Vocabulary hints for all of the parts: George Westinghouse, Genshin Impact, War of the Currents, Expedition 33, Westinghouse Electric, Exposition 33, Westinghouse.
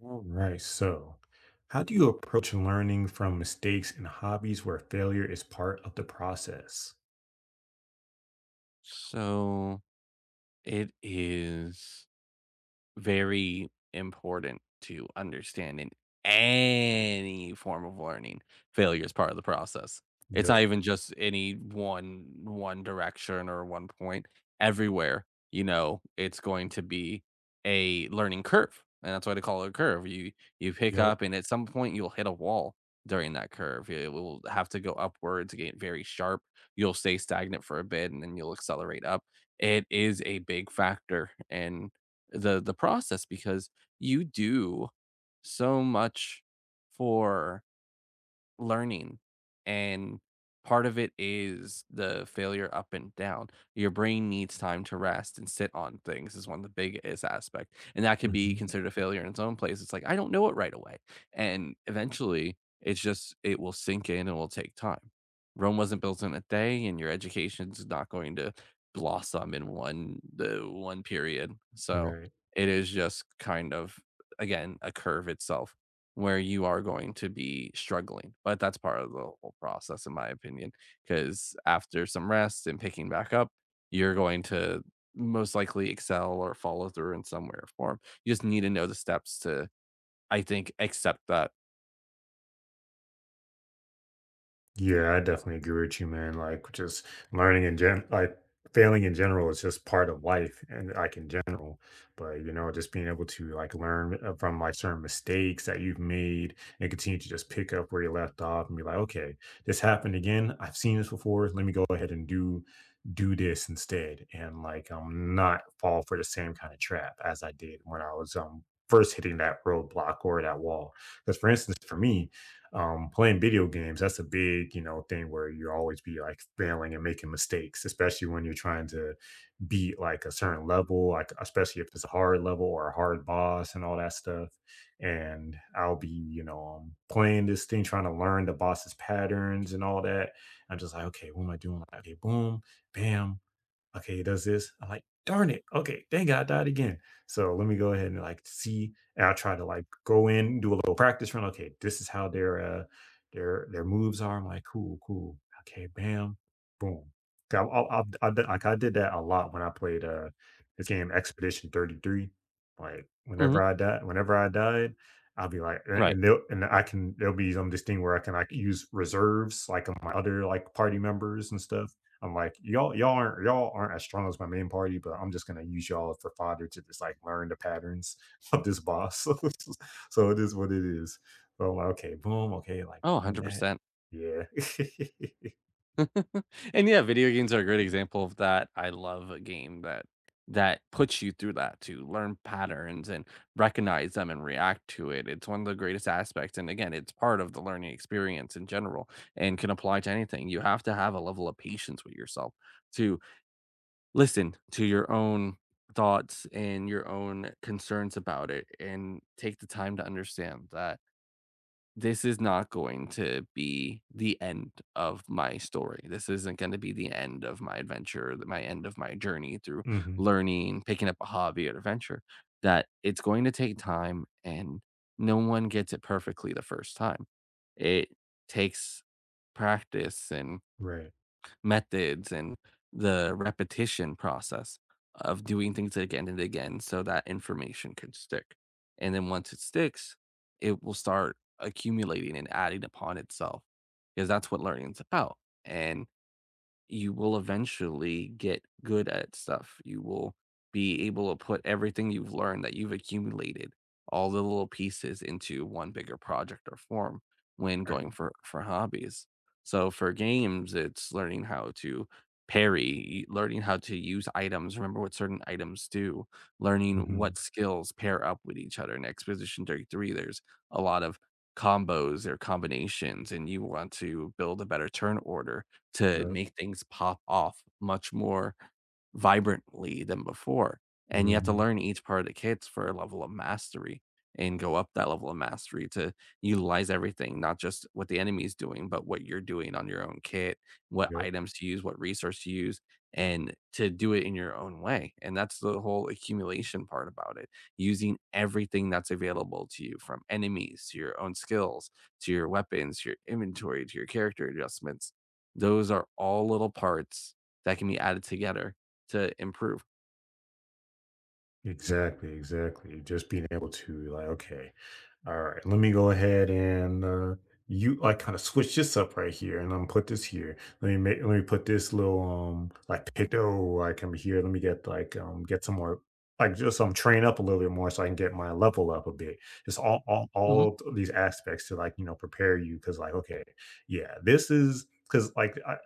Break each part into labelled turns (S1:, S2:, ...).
S1: All right. So, how do you approach learning from mistakes and hobbies where failure is part of the process?
S2: So it is very important to understand in any form of learning. Failure is part of the process. It's
S1: Yep.
S2: not even just any one direction or one point. Everywhere, it's going to be a learning curve. And that's why they call it a curve. You pick
S1: Yep.
S2: up, and at some point you'll hit a wall during that curve. It will have to go upwards, get very sharp. You'll stay stagnant for a bit, and then you'll accelerate up. It is a big factor in the process, because you do so much for learning, and part of it is the failure up and down. Your brain needs time to rest and sit on things is one of the biggest aspect, and that could be
S1: Hmm.
S2: considered a failure in its own place. It's like, I don't know it right away, and eventually, it's just it will sink in and will take time. Rome wasn't built in a day, and your education's not going to blossom in one the one period. So,
S1: Right.
S2: it is just kind of, again, a curve itself where you are going to be struggling. But that's part of the whole process, in my opinion, because after some rest and picking back up, you're going to most likely excel or follow through in some way or form. You just need to know the steps to, I think, accept that.
S1: Yeah, I definitely agree with you, man. Like, just learning in gen, like failing in general is just part of life, and like in general. But you know, just being able to like learn from like certain mistakes that you've made and continue to just pick up where you left off and be like, okay, this happened again. I've seen this before. Let me go ahead and do this instead, and like not fall for the same kind of trap as I did when I was first hitting that roadblock or that wall. Because, for instance, for me playing video games, that's a big, you know, thing where you always be like failing and making mistakes, especially when you're trying to beat like a certain level, like especially if it's a hard level or a hard boss and all that stuff, and I'll be, you know, playing this thing trying to learn the boss's patterns and all that. I'm just like, okay, what am I doing? Like, okay, boom, bam, okay, it does this. I'm like, darn it. Okay, dang it, I died again. So let me go ahead and like see. And I try to like go in, do a little practice run. Okay, this is how their their moves are. I'm like, cool, cool. Okay, bam, boom. Like I did that a lot when I played this game Expedition 33. Like
S2: Mhm.
S1: whenever I died, I'll be like, a-
S2: Right.
S1: and they'll and I can, there'll be some, this thing where I can like use reserves like on my other like party members and stuff. I'm like, y'all aren't, y'all aren't as strong as my main party, but I'm just gonna use y'all for fodder to just like learn the patterns of this boss. So it is what it is. So I'm like, okay, boom, okay, like
S2: Oh,
S1: on that,
S2: 100%.
S1: yeah.
S2: And yeah, video games are a great example of that. I love a game that puts you through that to learn patterns and recognize them and react to it. It's one of the greatest aspects. And again, it's part of the learning experience in general, and can apply to anything. You have to have a level of patience with yourself to listen to your own thoughts and your own concerns about it, and take the time to understand that this is not going to be the end of my story. This isn't going to be the end of my adventure, my end of my journey through
S1: Hmm.
S2: learning, picking up a hobby or adventure. That it's going to take time, and no one gets it perfectly the first time. It takes practice and
S1: Right,
S2: methods and the repetition process of doing things again and again so that information could stick. And then once it sticks, it will start accumulating and adding upon itself, because that's what learning is about. And you will eventually get good at stuff. You will be able to put everything you've learned that you've accumulated, all the little pieces into one bigger project or form when
S1: right.
S2: going for hobbies. So for games, it's learning how to parry, learning how to use items, remember what certain items do, learning
S1: Hmm.
S2: what skills pair up with each other. In Exposition 33, there's a lot of combos or combinations, and you want to build a better turn order to
S1: Yep.
S2: make things pop off much more vibrantly than before. And you have to
S1: Hmm.
S2: learn each part of the kits for a level of mastery, and go up that level of mastery to utilize everything, not just what the enemy is doing, but what you're doing on your own kit, what
S1: Yep.
S2: items to use, what resource to use, and to do it in your own way. And that's the whole accumulation part about it, using everything that's available to you, from enemies to your own skills, to your weapons, to your inventory, to your character adjustments. Those are all little parts that can be added together to improve.
S1: Exactly, exactly. Just being able to like, okay, all right, let me go ahead and you like kind of switch this up right here, and I'm gonna put this here. Let me put this little like picto like over here. Let me get like get some more like just train up a little bit more so I can get my level up a bit. Just
S2: Mhm.
S1: these aspects to like, you know, prepare you because like, okay, yeah, this is because like I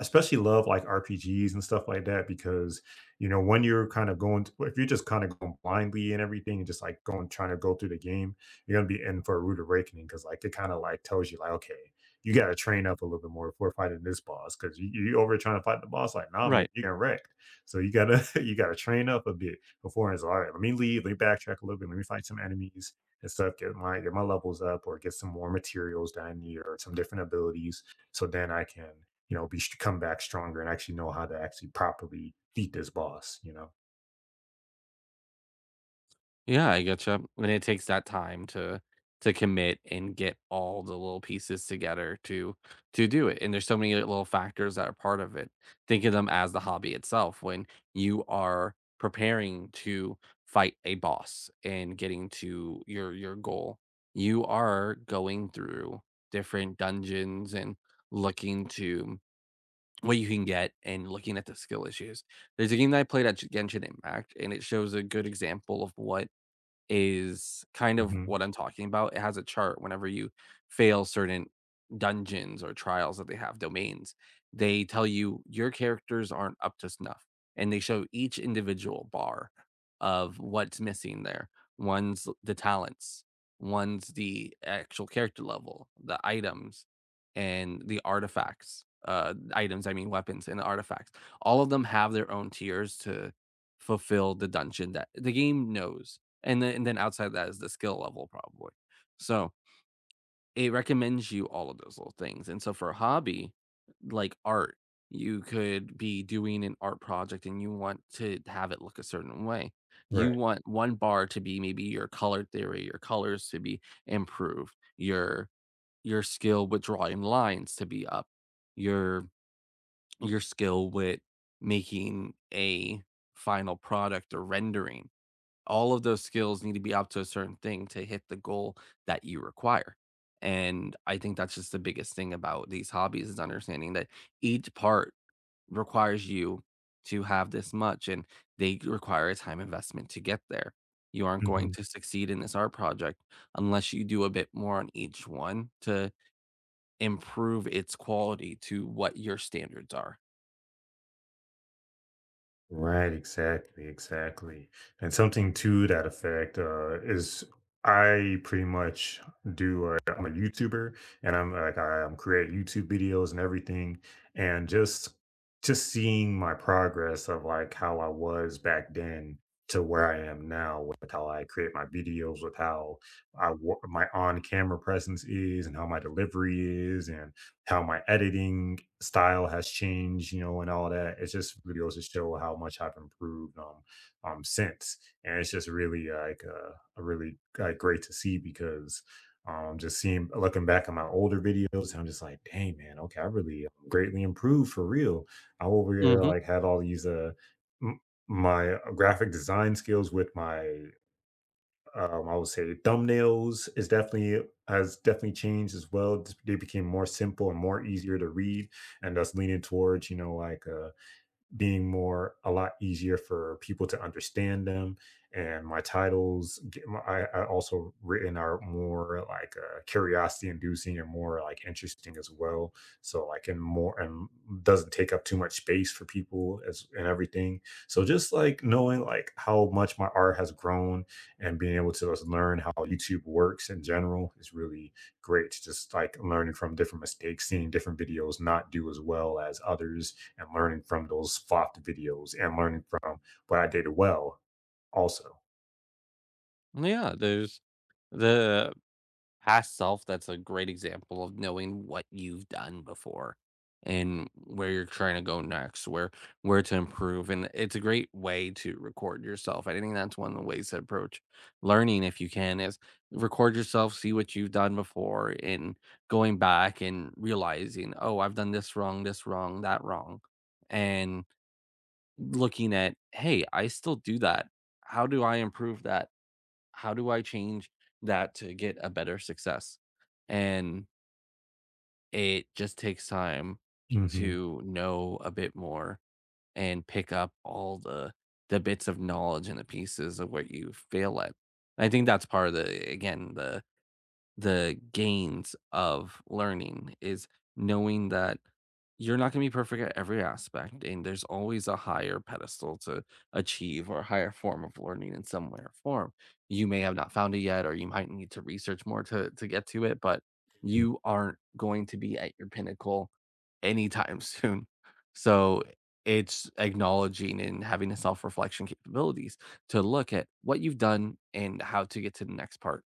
S1: especially love like RPGs and stuff like that because, you know, when you're kind of going, if you're just kind of going blindly and everything and just like going trying to go through the game, you're gonna be in for a rude awakening because like it kind of like tells you like, okay, you gotta train up a little bit more before fighting this boss because you over trying to fight the boss like, nah, man,
S2: Right.
S1: you're getting wrecked. So you gotta you gotta train up a bit before it's all right. Let me backtrack a little bit, let me fight some enemies and stuff. Get my levels up or get some more materials that I need or some different abilities so then I can, you know, be come back stronger and actually know how to actually properly beat this boss. You know.
S2: Yeah, I getcha. And it takes that time to commit and get all the little pieces together to do it. And there's so many little factors that are part of it. Think of them as the hobby itself. When you are preparing to fight a boss and getting to your goal, you are going through different dungeons and looking to what you can get and looking at the skill issues. There's a game that I played at Genshin Impact, and it shows a good example of what is kind of
S1: Hmm.
S2: what I'm talking about. It has a chart whenever you fail certain dungeons or trials that they have, domains, they tell you your characters aren't up to snuff, and they show each individual bar of what's missing there. One's the talents, one's the actual character level, the items, and the artifacts. Items, I mean weapons and artifacts. All of them have their own tiers to fulfill the dungeon that the game knows, and then outside that is the skill level probably. So, it recommends you all of those little things, and so for a hobby, like art, you could be doing an art project and you want to have it look a certain way. You
S1: Right.
S2: want one bar to be maybe your color theory, your colors to be improved, your skill with drawing lines to be up, your your skill with making a final product or rendering. All of those skills need to be up to a certain thing to hit the goal that you require. And I think that's just the biggest thing about these hobbies is understanding that each part requires you to have this much, and they require a time investment to get there. You aren't going
S1: Mm-hmm.
S2: to succeed in this art project unless you do a bit more on each one to improve its quality to what your standards are.
S1: Right, exactly, exactly. And something to that effect is I pretty much do. I'm a YouTuber, and I'm like I, am create YouTube videos and everything, and just seeing my progress of like how I was back then to where I am now with how I create my videos, with how my on camera presence is, and how my delivery is, and how my editing style has changed, you know, and all that. It's just really goes to show how much I've improved since, and it's just really like a really great to see because just seeing looking back at my older videos, and I'm just like, dang man, okay, I really greatly improved for real. I over here
S2: Hmm.
S1: like had all these m- my graphic design skills with my I would say the thumbnails is definitely has definitely changed as well. They became more simple and more easier to read, and that's leaning towards, you know, like being more a lot easier for people to understand them, and my titles get my, I also written are more like curiosity inducing and more like interesting as well, so like and more and doesn't take up too much space for people as and everything, so just like knowing like how much my art has grown and being able to just learn how YouTube works in general is really great, just like learning from different mistakes, seeing different videos not do as well as others, and learning from those flopped videos and learning from what I did well also.
S2: Yeah, there's the past self. That's a great example of knowing what you've done before and where you're trying to go next, where to improve. And it's a great way to record yourself. I think that's one of the ways to approach learning if you can is record yourself, see what you've done before, and going back and realizing, oh, I've done this wrong, that wrong. And looking at, hey, I still do that. How do I improve that? How do I change that to get a better success? And it just takes time
S1: Mm-hmm.
S2: to know a bit more and pick up all the bits of knowledge and the pieces of what you fail at. I think that's part of the, again, the gains of learning is knowing that you're not going to be perfect at every aspect, and there's always a higher pedestal to achieve or a higher form of learning in some way or form. You may have not found it yet, or you might need to research more to get to it, but you aren't going to be at your pinnacle anytime soon. So it's acknowledging and having a self-reflection capabilities to look at what you've done and how to get to the next part.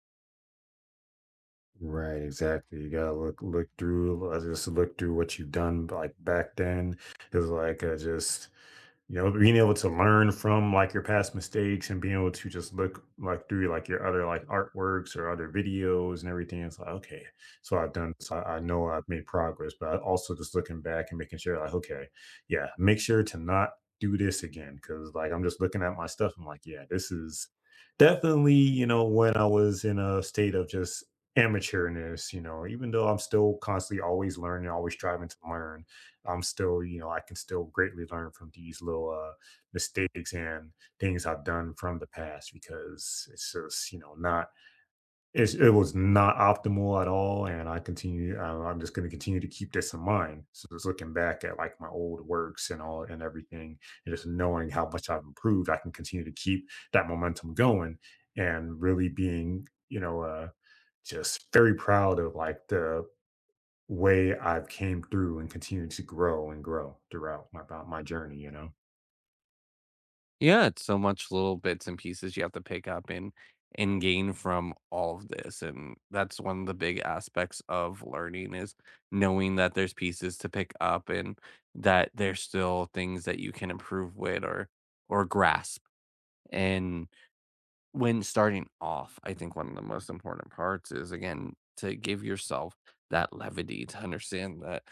S1: Right, exactly. You gotta look through just look through what you've done like back then. It's like just, you know, being able to learn from like your past mistakes and being able to just look like through like your other like artworks or other videos and everything. It's like, okay, so I've done. So I know I've made progress, but I also just looking back and making sure like, okay, yeah, make sure to not do this again because like I'm just looking at my stuff. I'm like, yeah, this is definitely, you know, when I was in a state of just amateurness, you know, even though I'm still constantly always learning, always striving to learn, I'm still, you know, I can still greatly learn from these little mistakes and things I've done from the past because it's just, you know, not, it's, it was not optimal at all. And I continue, I'm just going to continue to keep this in mind. So just looking back at like my old works and all and everything, and just knowing how much I've improved, I can continue to keep that momentum going and really being, you know, just very proud of like the way I've came through and continue to grow and grow throughout my journey, you know?
S2: Yeah, it's so much little bits and pieces you have to pick up and gain from all of this. And that's one of the big aspects of learning is knowing that there's pieces to pick up, and that there's still things that you can improve with or grasp. And when starting off, I think one of the most important parts is, again, to give yourself that levity to understand that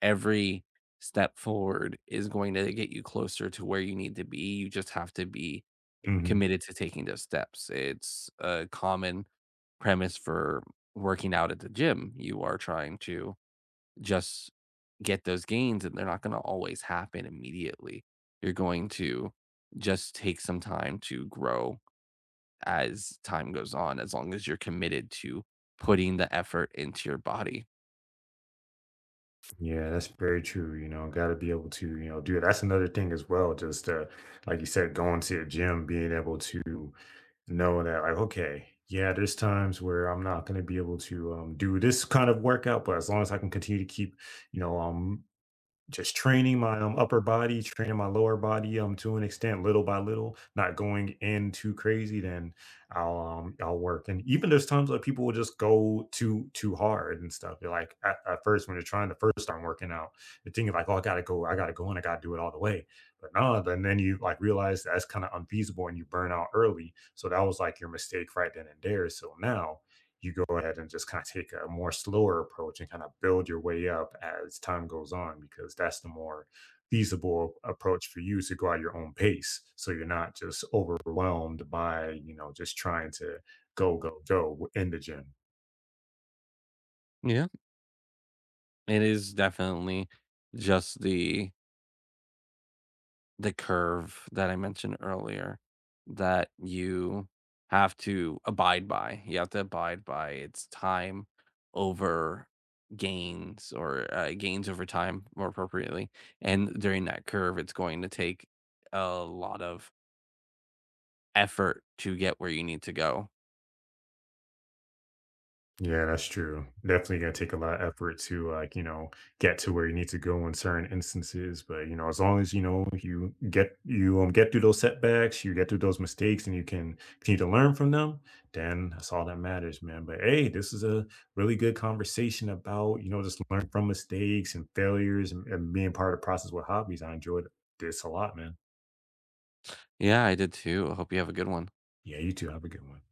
S2: every step forward is going to get you closer to where you need to be. You just have to be
S1: Mhm.
S2: committed to taking those steps. It's a common premise for working out at the gym. You are trying to just get those gains, and they're not going to always happen immediately. You're going to just take some time to grow as time goes on, as long as you're committed to putting the effort into your body.
S1: Yeah, that's very true. You know, got to be able to, you know, do it. That's another thing as well. Just like you said, going to the gym, being able to know that, like, okay, yeah, there's times where I'm not going to be able to do this kind of workout, but as long as I can continue to keep, you know, just training my upper body, training my lower body to an extent, little by little, not going in too crazy, then I'll work. And even there's times that people will just go too hard and stuff. They're like at first when they're trying to first start working out, the thing is like, oh, I gotta go, and I gotta do it all the way. But no, then you like realize that's kind of unfeasible, and you burn out early. So that was like your mistake right then and there. So now you go ahead and just kind of take a more slower approach and kind of build your way up as time goes on because that's the more feasible approach for you to go at your own pace, so you're not just overwhelmed by, you know, just trying to go go go in the gym.
S2: Yeah, it is definitely just the curve that I mentioned earlier that you have to abide by. You have to abide by its time over gains, or gains over time more appropriately. And during that curve, it's going to take a lot of effort to get where you need to go.
S1: Yeah, that's true. Definitely gonna take a lot of effort to like, you know, get to where you need to go in certain instances. But you know, as long as you know you get through those setbacks, you get through those mistakes and you can continue to learn from them, then that's all that matters, man. But hey, this is a really good conversation about, you know, just learn from mistakes and failures and, being part of the process with hobbies. I enjoyed this a lot, man.
S2: Yeah, I did too. I hope you have a good one.
S1: Yeah, you too. Have a good one.